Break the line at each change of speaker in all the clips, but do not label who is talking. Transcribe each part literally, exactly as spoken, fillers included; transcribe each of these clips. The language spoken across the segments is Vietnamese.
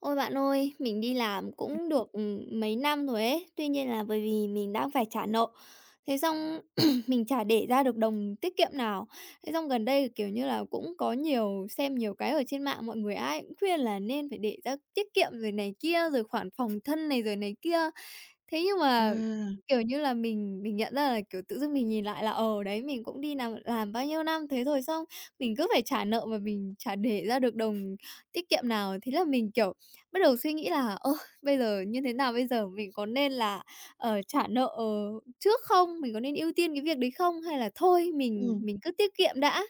Ôi bạn ơi, mình đi làm cũng được, ừm, mấy năm rồi ấy, tuy nhiên là bởi vì mình đang phải trả nợ, thế xong mình chả để ra được đồng tiết kiệm nào. Thế xong gần đây, kiểu như là, cũng có nhiều xem nhiều cái ở trên mạng, mọi người ai cũng khuyên là nên phải để ra tiết kiệm rồi này kia, rồi khoản phòng thân này rồi này kia. Thế nhưng
À,
mà, kiểu như là, mình mình nhận ra là, kiểu, tự dưng mình nhìn lại là, ờ, đấy, mình cũng đi làm làm bao nhiêu năm, thế rồi xong mình cứ phải trả nợ mà mình chả để ra được đồng tiết kiệm nào. Thế là mình, kiểu, Bắt đầu suy nghĩ là: "Ơ, bây giờ như thế nào bây giờ? Mình có nên là, ờ, trả nợ, ờ, trước không? Mình có nên ưu tiên cái việc đấy không? Hay là thôi mình
ừm.
mình cứ tiết kiệm đã?"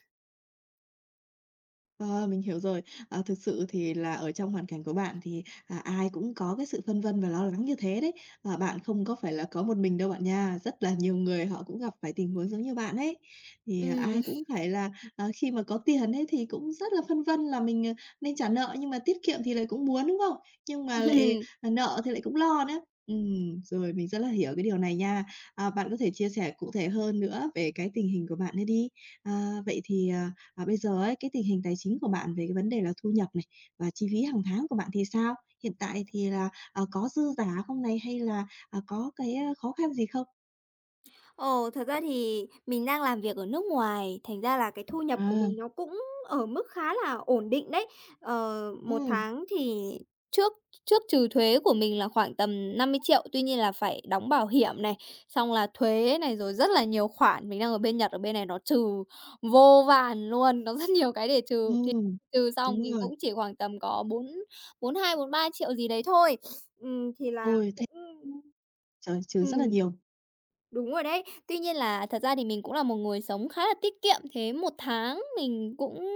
Ờ, mình hiểu rồi. À, thực sự thì là ở trong hoàn cảnh của bạn thì, à, ai cũng có cái sự phân vân và lo lắng như thế đấy. Và bạn không có phải là có một mình đâu bạn nha, rất là nhiều người họ cũng gặp phải tình huống giống như bạn ấy. Thì, à, ai
Ừm.
cũng phải là, à, khi mà có tiền ấy thì cũng rất là phân vân là mình, ờ, nên trả nợ nhưng mà tiết kiệm thì lại cũng muốn, đúng không? Nhưng mà lại, à, nợ thì lại cũng lo nữa. Ừm, rồi mình rất là hiểu cái điều này nha. À, bạn có thể chia sẻ cụ thể hơn nữa về cái tình hình của bạn ấy đi. À, vậy thì, à, À, Bây giờ ấy, cái tình hình tài chính của bạn về cái vấn đề là thu nhập này và chi phí hàng tháng của bạn thì sao? Hiện tại thì là, ờ, có dư giả không này? Hay là, à, có cái, a, khó khăn gì không?
Ồ, thật ra thì mình đang làm việc ở nước ngoài, thành ra là cái thu nhập của
À,
mình nó cũng ở mức khá là ổn định đấy. Ờ, một
ừm,
tháng thì trước trước trừ thuế của mình là khoảng tầm năm mươi triệu, tuy nhiên là phải đóng bảo hiểm này, xong là thuế này, rồi rất là nhiều khoản. Mình đang ở bên Nhật, ở bên này nó trừ vô vàn luôn, nó rất nhiều cái để trừ, thì
ừm,
trừ xong
đúng
mình
rồi.
cũng chỉ khoảng tầm có bốn bốn hai, bốn ba triệu gì đấy thôi. Ừm, thì là
Ôi, thế
cũng
trời, trừ rất là
ừm.
nhiều.
Đúng rồi đấy. Tuy nhiên là thật ra thì mình cũng là một người sống khá là tiết kiệm, thế một tháng mình cũng,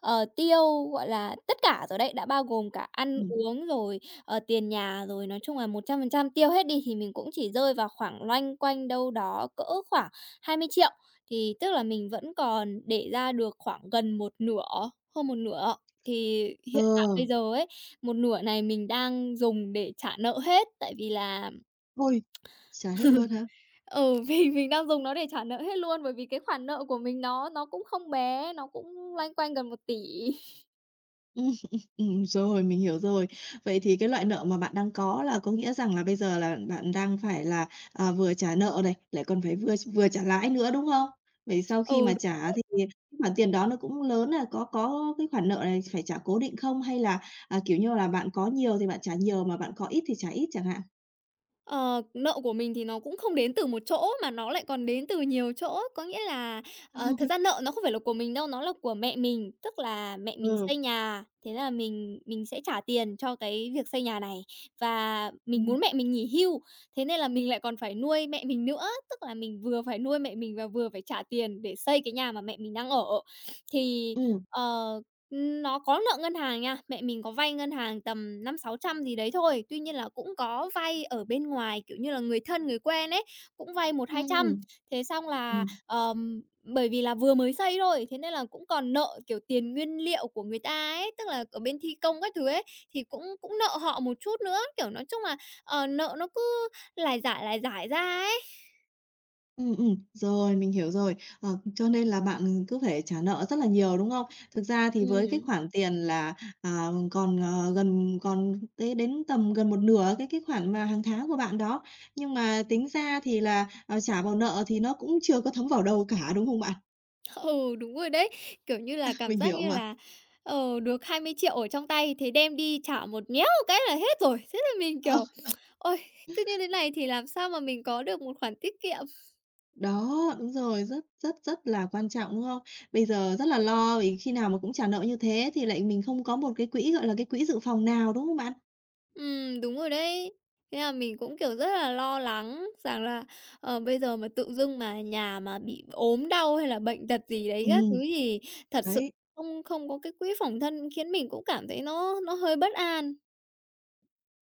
ờ, tiêu, gọi là, tất cả rồi đấy, đã bao gồm cả ăn
Ừm,
uống rồi, ờ, tiền nhà rồi, nói chung là một trăm phần trăm tiêu hết đi thì mình cũng chỉ rơi vào khoảng loanh quanh đâu đó cỡ khoảng hai mươi triệu, thì tức là mình vẫn còn để ra được khoảng gần một nửa, hơn một nửa. Thì
ờ,
hiện tại bây giờ ấy, một nửa này mình đang dùng để trả nợ hết, tại vì là
Ôi, trả hết luôn hả?
ừ, mình mình đang dùng nó để trả nợ hết luôn, bởi vì cái khoản nợ của mình nó nó cũng không bé, nó cũng loanh quanh gần một tỷ.
Ừm, ừm, ừm, rồi, mình hiểu rồi. Vậy thì cái loại nợ mà bạn đang có là có nghĩa rằng là bây giờ là bạn đang phải là, à, vừa trả nợ này, lại còn phải vừa vừa trả lãi nữa, đúng không? Vậy sau khi
không không không
mà
Ừ.
trả thì cái khoản tiền đó nó cũng lớn là có có cái khoản nợ này phải trả cố định không? Hay là, à, kiểu như là, bạn có nhiều thì bạn trả nhiều, mà bạn có ít thì trả ít chẳng hạn?
Ờ, nợ của mình thì nó cũng không đến từ một chỗ mà nó lại còn đến từ nhiều chỗ. Có nghĩa là, ờ, thật ra nợ nó không phải là của mình đâu, nó là của mẹ mình. Tức là mẹ mình
Ừ,
xây nhà, thế là mình mình sẽ trả tiền cho cái việc xây nhà này, và mình
ừm,
muốn mẹ mình nghỉ hưu, thế nên là mình lại còn phải nuôi mẹ mình nữa. Tức là mình vừa phải nuôi mẹ mình và vừa phải trả tiền để xây cái nhà mà mẹ mình đang ở. Thì,
ừm,
ờ nó có nợ ngân hàng nha, mẹ mình có vay ngân hàng tầm năm sáu trăm gì đấy thôi. Tuy nhiên là cũng có vay ở bên ngoài, kiểu như là, người thân, người quen ấy, cũng vay một hai trăm.
ừm,
Thế xong là,
ừm.
ờm, bởi vì là vừa mới xây thôi, thế nên là cũng còn nợ, kiểu, tiền nguyên liệu của người ta ấy, tức là ở bên thi công các thứ ấy, thì cũng cũng nợ họ một chút nữa. Kiểu, nói chung là, ờ, nợ nó cứ lải giải, lải giải ra ấy.
Ừ, ừm, rồi, mình hiểu rồi. Ờ, cho nên là bạn cứ phải trả nợ rất là nhiều, đúng không? Thực ra thì với cái
Ừm.
khoản tiền là, à, còn, ờ, gần còn tới đến tầm gần một nửa cái cái khoản mà hàng tháng của bạn đó, nhưng mà tính ra thì là, ờ, trả vào nợ thì nó cũng chưa có thấm vào đâu cả, đúng không bạn?
Ừ, đúng rồi đấy. Kiểu như là, cảm
Mình
giác
hiểu
như
mà.
là, ờ, được hai mươi triệu ở trong tay, thế đem đi trả một méo một cái là hết rồi. Thế là mình,
Ờ,
kiểu, "Ôi, cứ như thế này thì làm sao mà mình có được một khoản tiết kiệm?"
Đó, đúng rồi, rất rất rất là quan trọng, đúng không? Bây giờ rất là lo vì khi nào mà cũng trả nợ như thế thì lại mình không có một cái quỹ, gọi là, cái quỹ dự phòng nào, đúng không bạn?
Ừm, đúng rồi đấy. Thế là mình cũng, kiểu, rất là lo lắng rằng là, ờ, bây giờ mà tự dưng mà nhà mà bị ốm đau hay là bệnh tật gì đấy
Ừ,
các thứ thì thật sự
đấy.
không không có cái quỹ phòng thân khiến mình cũng cảm thấy nó nó hơi bất an.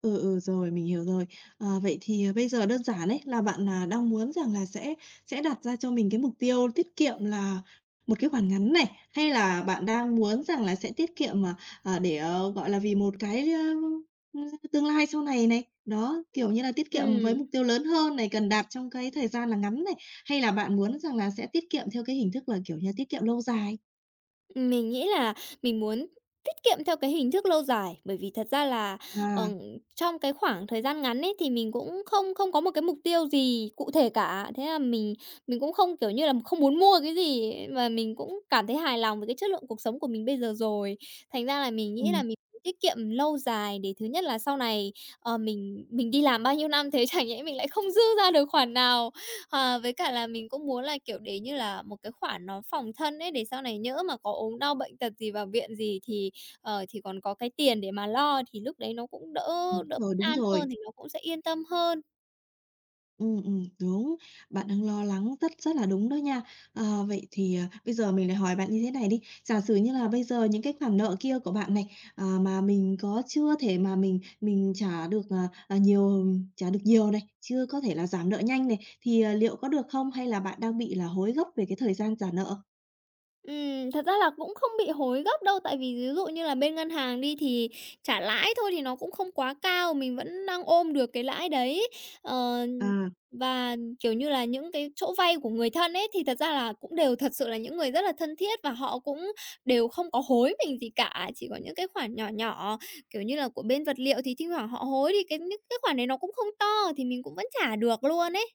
Ừ, ừ, rồi, mình hiểu rồi. À, vậy thì, à, bây giờ đơn giản ấy, là bạn là đang muốn rằng là sẽ sẽ đặt ra cho mình cái mục tiêu tiết kiệm là một cái khoản ngắn này, hay là bạn đang muốn rằng là sẽ tiết kiệm, mà à, để, ờ, gọi là, vì một cái, ơ, tương lai sau này này, đó, kiểu như là, tiết kiệm với
Ừm.
mục tiêu lớn hơn này, cần đạt trong cái thời gian là ngắn này, hay là bạn muốn rằng là sẽ tiết kiệm theo cái hình thức là, kiểu như, tiết kiệm lâu dài?
Mình nghĩ là mình muốn tiết kiệm theo cái hình thức lâu dài, bởi vì thật ra là,
À,
ừm, trong cái khoảng thời gian ngắn ấy thì mình cũng không không có một cái mục tiêu gì cụ thể cả. Thế là mình mình cũng không, kiểu như là, không muốn mua cái gì ấy, mà mình cũng cảm thấy hài lòng với cái chất lượng cuộc sống của mình bây giờ rồi. Thành ra là mình nghĩ là
ừm,
mình muốn tiết kiệm lâu dài để thứ nhất là sau này, ờ, mình mình đi làm bao nhiêu năm thế chẳng nhẽ mình lại không dư ra được khoản nào. Ờ, với cả là mình cũng muốn là, kiểu, để như là một cái khoản nó phòng thân ấy, để sau này nhỡ mà có ốm đau bệnh tật gì, vào viện gì thì, ờ, thì còn có cái tiền để mà lo, thì lúc đấy nó cũng đỡ
đúng
đỡ
rồi,
bất
đúng
an
rồi.
hơn, thì nó cũng sẽ yên tâm hơn.
Ừ ừm, đúng, bạn đang lo lắng rất rất là đúng đó nha. Ờ, vậy thì, à, bây giờ mình lại hỏi bạn như thế này đi, giả sử như là bây giờ những cái khoản nợ kia của bạn này, à, mà mình có chưa thể mà mình mình trả được, à, à, nhiều trả được nhiều này, chưa có thể là giảm nợ nhanh này, thì, à, liệu có được không? Hay là bạn đang bị là hối gấp về cái thời gian trả nợ?
Ừm, thật ra là cũng không bị hối gấp đâu, tại vì ví dụ như là bên ngân hàng đi thì trả lãi thôi thì nó cũng không quá cao, mình vẫn đang ôm được cái lãi đấy. Ờ,
À.
và, kiểu như là, những cái chỗ vay của người thân ấy thì thật ra là cũng đều thật sự là những người rất là thân thiết và họ cũng đều không có hối mình gì cả, chỉ có những cái khoản nhỏ nhỏ, kiểu như là, của bên vật liệu thì thỉnh thoảng họ hối thì cái những cái khoản đấy nó cũng không to, thì mình cũng vẫn trả được luôn ấy.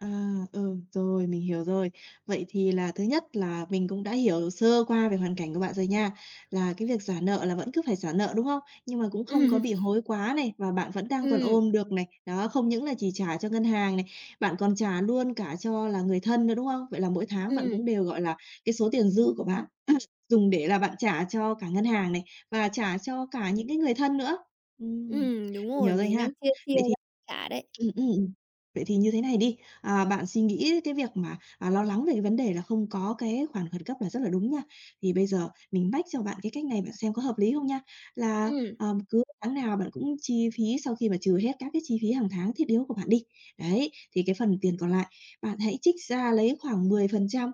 À, ừ, rồi, mình hiểu rồi. Vậy thì là thứ nhất là mình cũng đã hiểu sơ qua về hoàn cảnh của bạn rồi nha, là cái việc trả nợ là vẫn cứ phải trả nợ, đúng không? Nhưng mà cũng không có
Ừm,
bị hối quá này, và bạn vẫn đang còn
ừm,
ôm được này. Đó, không những là chỉ trả cho ngân hàng này, bạn còn trả luôn cả cho là người thân nữa, đúng không? Vậy là mỗi tháng bạn cũng
ừm,
đều, gọi là, cái số tiền dư của bạn dùng để là bạn trả cho cả ngân hàng này, và trả cho cả những cái người thân nữa. Ừm,
ừm, đúng rồi,
Hiểu rồi
mình
ha.
đang chia chia
Vậy
ra trả đấy.
Ừm, ừm, ừm. Vậy thì như thế này đi, à, bạn suy nghĩ cái việc mà, à, lo lắng về cái vấn đề là không có cái khoản khẩn cấp là rất là đúng nha. Thì bây giờ mình mách cho bạn cái cách này bạn xem có hợp lý không nha. Là,
Ừm,
ờ, cứ tháng nào bạn cũng chi phí sau khi mà trừ hết các cái chi phí hàng tháng thiết yếu của bạn đi, đấy, thì cái phần tiền còn lại bạn hãy trích ra lấy khoảng mười phần trăm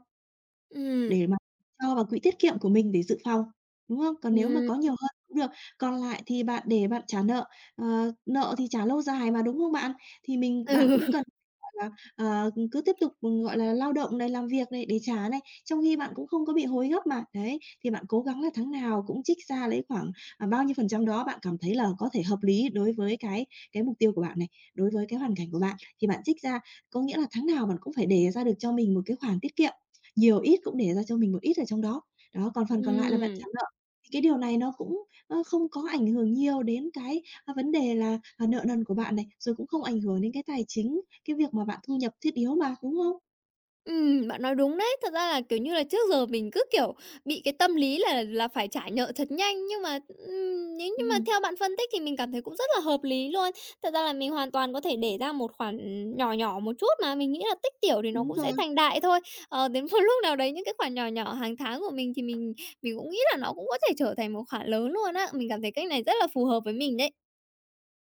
ừm,
để mà cho vào quỹ tiết kiệm của mình để dự phòng, đúng không? Còn nếu mà
ừm.
có nhiều hơn cũng được, còn lại thì bạn để bạn trả nợ, ờ, nợ thì trả lâu dài mà, đúng không bạn? Thì mình bạn
Ừ.
cũng cần, gọi là, ờ, cứ tiếp tục, ừ, gọi là, lao động này, làm việc này để trả này, trong khi bạn cũng không có bị hối gấp mà. Đấy, thì bạn cố gắng là tháng nào cũng trích ra lấy khoảng, à, bao nhiêu phần trăm đó bạn cảm thấy là có thể hợp lý đối với cái cái mục tiêu của bạn này, đối với cái hoàn cảnh của bạn, thì bạn trích ra. Có nghĩa là tháng nào bạn cũng phải để ra được cho mình một cái khoản tiết kiệm nhiều ít cũng để ra cho mình một ít ở trong đó. Đó, còn phần còn lại là bạn
Ừm.
trả nợ. Thì cái điều này nó cũng, ơ, không có ảnh hưởng nhiều đến cái, a, vấn đề là, à, nợ nần của bạn này, rồi cũng không ảnh hưởng đến cái tài chính, cái việc mà bạn thu nhập thiết yếu mà, đúng không?
Ừm, bạn nói đúng đấy. Thật ra là, kiểu như là, trước giờ mình cứ, kiểu, bị cái tâm lý là là phải trả nợ thật nhanh, nhưng mà, ừm, nếu như mà
Ừm,
theo bạn phân tích thì mình cảm thấy cũng rất là hợp lý luôn. Thật ra là mình hoàn toàn có thể để ra một khoản nhỏ nhỏ một chút mà, mình nghĩ là tích tiểu thì nó
đúng
cũng sẽ
rồi.
thành đại thôi. Ờ, đến một lúc nào đấy những cái khoản nhỏ nhỏ hàng tháng của mình thì mình mình cũng nghĩ là nó cũng có thể trở thành một khoản lớn luôn á. Mình cảm thấy cách này rất là phù hợp với mình đấy.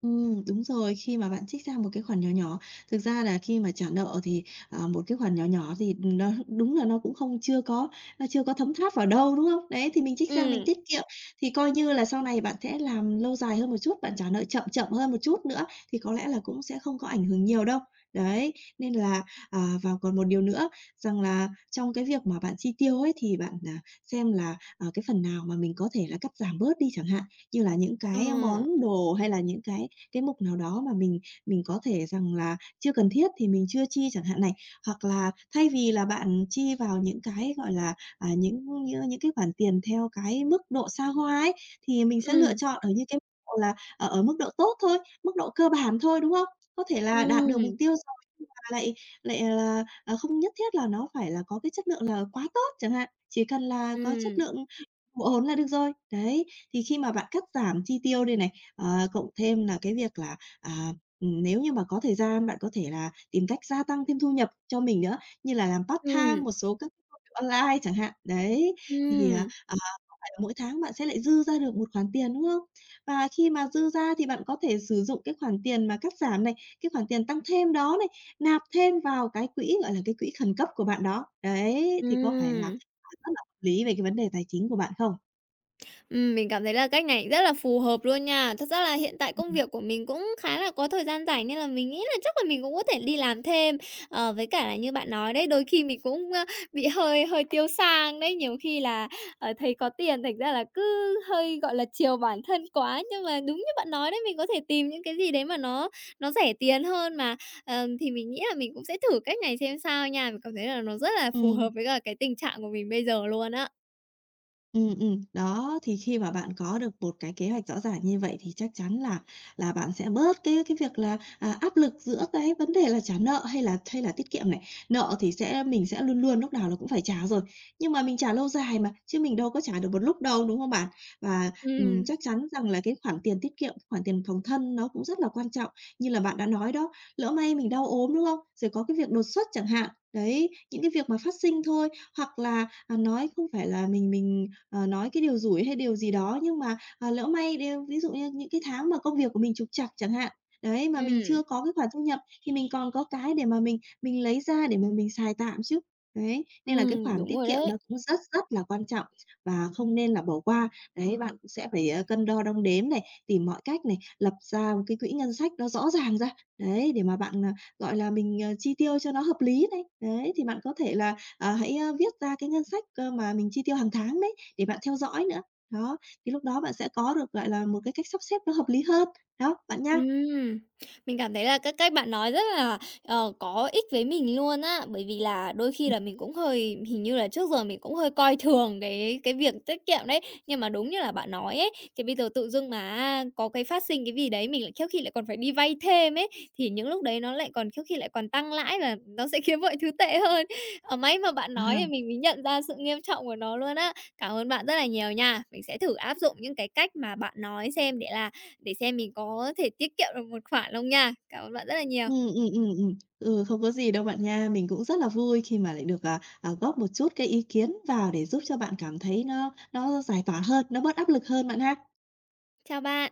Ừm, đúng rồi, khi mà bạn trích ra một cái khoản nhỏ nhỏ, thực ra là khi mà trả nợ thì, à, một cái khoản nhỏ nhỏ thì nó đúng là nó cũng không chưa có nó chưa có thấm tháp vào đâu, đúng không? Đấy, thì mình trích ra mình
Ừm.
tiết kiệm, thì coi như là sau này bạn sẽ làm lâu dài hơn một chút, bạn trả nợ chậm chậm hơn một chút nữa thì có lẽ là cũng sẽ không có ảnh hưởng nhiều đâu. Đấy, nên là, à, và còn một điều nữa rằng là trong cái việc mà bạn chi tiêu ấy thì bạn, à, xem là, ờ, cái phần nào mà mình có thể là cắt giảm bớt đi chẳng hạn, như là những
Ờ.
cái món đồ hay là những cái cái mục nào đó mà mình mình có thể rằng là chưa cần thiết thì mình chưa chi chẳng hạn này. Hoặc là thay vì là bạn chi vào những cái, gọi là, à, những những những cái khoản tiền theo cái mức độ xa hoa ấy, thì mình sẽ lựa
Ừm,
chọn ở những cái mức độ là ở ở mức độ tốt thôi, mức độ cơ bản thôi, đúng không? Có thể là đạt được mục
ừm.
tiêu rồi nhưng mà lại lại là, à, không nhất thiết là nó phải là có cái chất lượng là quá tốt chẳng hạn, chỉ cần là có chất
Ừm,
lượng một ổn là được rồi. Đấy, thì khi mà bạn cắt giảm chi tiêu đây này, ờ, cộng thêm là cái việc là, à, ừm, nếu như mà có thời gian bạn có thể là tìm cách gia tăng thêm thu nhập cho mình nữa, như là làm part-time
ừm,
một số các cái công việc online chẳng hạn. Đấy, thì, à,
ừm,
à, có phải là mỗi tháng bạn sẽ lại dư ra được một khoản tiền, đúng không? Và khi mà dư ra thì bạn có thể sử dụng cái khoản tiền mà cắt giảm này, cái khoản tiền tăng thêm đó này, nạp thêm vào cái quỹ, gọi là, cái quỹ khẩn cấp của bạn đó. Đấy, thì có phải là,
ừm.
à, rất là lý về cái vấn đề tài chính của bạn không?
Ừm, mình cảm thấy là cách này rất là phù hợp luôn nha. Thật ra là hiện tại công
Ừm.
việc của mình cũng khá là có thời gian rảnh nên là mình nghĩ là chắc là mình cũng có thể đi làm thêm. Ờ, với cả là như bạn nói đấy, đôi khi mình cũng, ơ, bị hơi hơi tiêu sang đấy, nhiều khi là, ờ, thấy có tiền thành ra là cứ hơi, gọi là, chiều bản thân quá. Nhưng mà đúng như bạn nói đấy, mình có thể tìm những cái gì đấy mà nó nó rẻ tiền hơn mà. Ờm, thì mình nghĩ là mình cũng sẽ thử cách này xem sao nha. Mình cảm thấy là nó rất là phù hợp
Ừm,
với cả cái tình trạng của mình bây giờ luôn á.
Ừ, ừm. Đó, thì khi mà bạn có được một cái kế hoạch rõ ràng như vậy thì chắc chắn là là bạn sẽ bớt cái cái việc là, à, áp lực giữa cái vấn đề là trả nợ hay là hay là tiết kiệm này. Nợ thì sẽ mình sẽ luôn luôn lúc nào là cũng phải trả rồi, nhưng mà mình trả lâu dài mà, chứ mình đâu có trả được một lúc đâu, đúng không bạn? Và, ừm,
Ừ,
chắc chắn rằng là cái khoản tiền tiết kiệm, khoản tiền phòng thân nó cũng rất là quan trọng, như là bạn đã nói đó, lỡ may mình đau ốm, đúng không? Rồi có cái việc đột xuất chẳng hạn, đấy, những cái việc mà phát sinh thôi, hoặc là, à, nói không phải là mình mình ờ, nói cái điều rủi hay điều gì đó, nhưng mà, à, lỡ may đêu ví dụ như những cái tháng mà công việc của mình trục trặc chẳng hạn, đấy, mà mình
ừ.
chưa có cái khoản thu nhập thì mình còn có cái để mà mình mình lấy ra để mà mình xài tạm chứ. Đấy, nên là cái
Ừm,
khoản
đúng
tiết
rồi
kiệm nó
đấy.
cũng rất rất là quan trọng và không nên là bỏ qua. Đấy, bạn cũng sẽ phải, ờ, cân đo đong đếm này, tìm mọi cách này, lập ra một cái quỹ ngân sách nó rõ ràng ra, đấy, để mà bạn, à, gọi là, mình, ờ, chi tiêu cho nó hợp lý này. Đấy, thì bạn có thể là, à, hãy, a, viết ra cái ngân sách, ơ, mà mình chi tiêu hàng tháng đấy, để bạn theo dõi nữa. Đó, thì lúc đó bạn sẽ có được, gọi là, một cái cách sắp xếp nó hợp lý hơn. Đó, bạn nhá.
Ừm, mình cảm thấy là các cách bạn nói rất là, ờ, có ích với mình luôn á, bởi vì là đôi khi
Ừm,
là mình cũng hơi hình như là trước giờ mình cũng hơi coi thường cái cái việc tiết kiệm đấy. Nhưng mà đúng như là bạn nói ấy, thì bây giờ tự dưng mà có cái phát sinh cái gì đấy mình lại khéo khi lại còn phải đi vay thêm ấy, thì những lúc đấy nó lại còn khéo khi lại còn tăng lãi là nó sẽ khiến mọi thứ tệ hơn. Ở may mà bạn nói
à,
thì mình mới nhận ra sự nghiêm trọng của nó luôn á. Cảm ơn bạn rất là nhiều nha. Mình sẽ thử áp dụng những cái cách mà bạn nói xem để là để xem mình có thể tiết kiệm được một khoản không nha. Cảm ơn bạn rất là nhiều.
ừ ừm, ừm, ừm. Ừ, không có gì đâu bạn nha. Mình cũng rất là vui khi mà lại được, à, à, góp một chút cái ý kiến vào để giúp cho bạn cảm thấy nó nó giải tỏa hơn, nó bớt áp lực hơn bạn ha.
Chào bạn.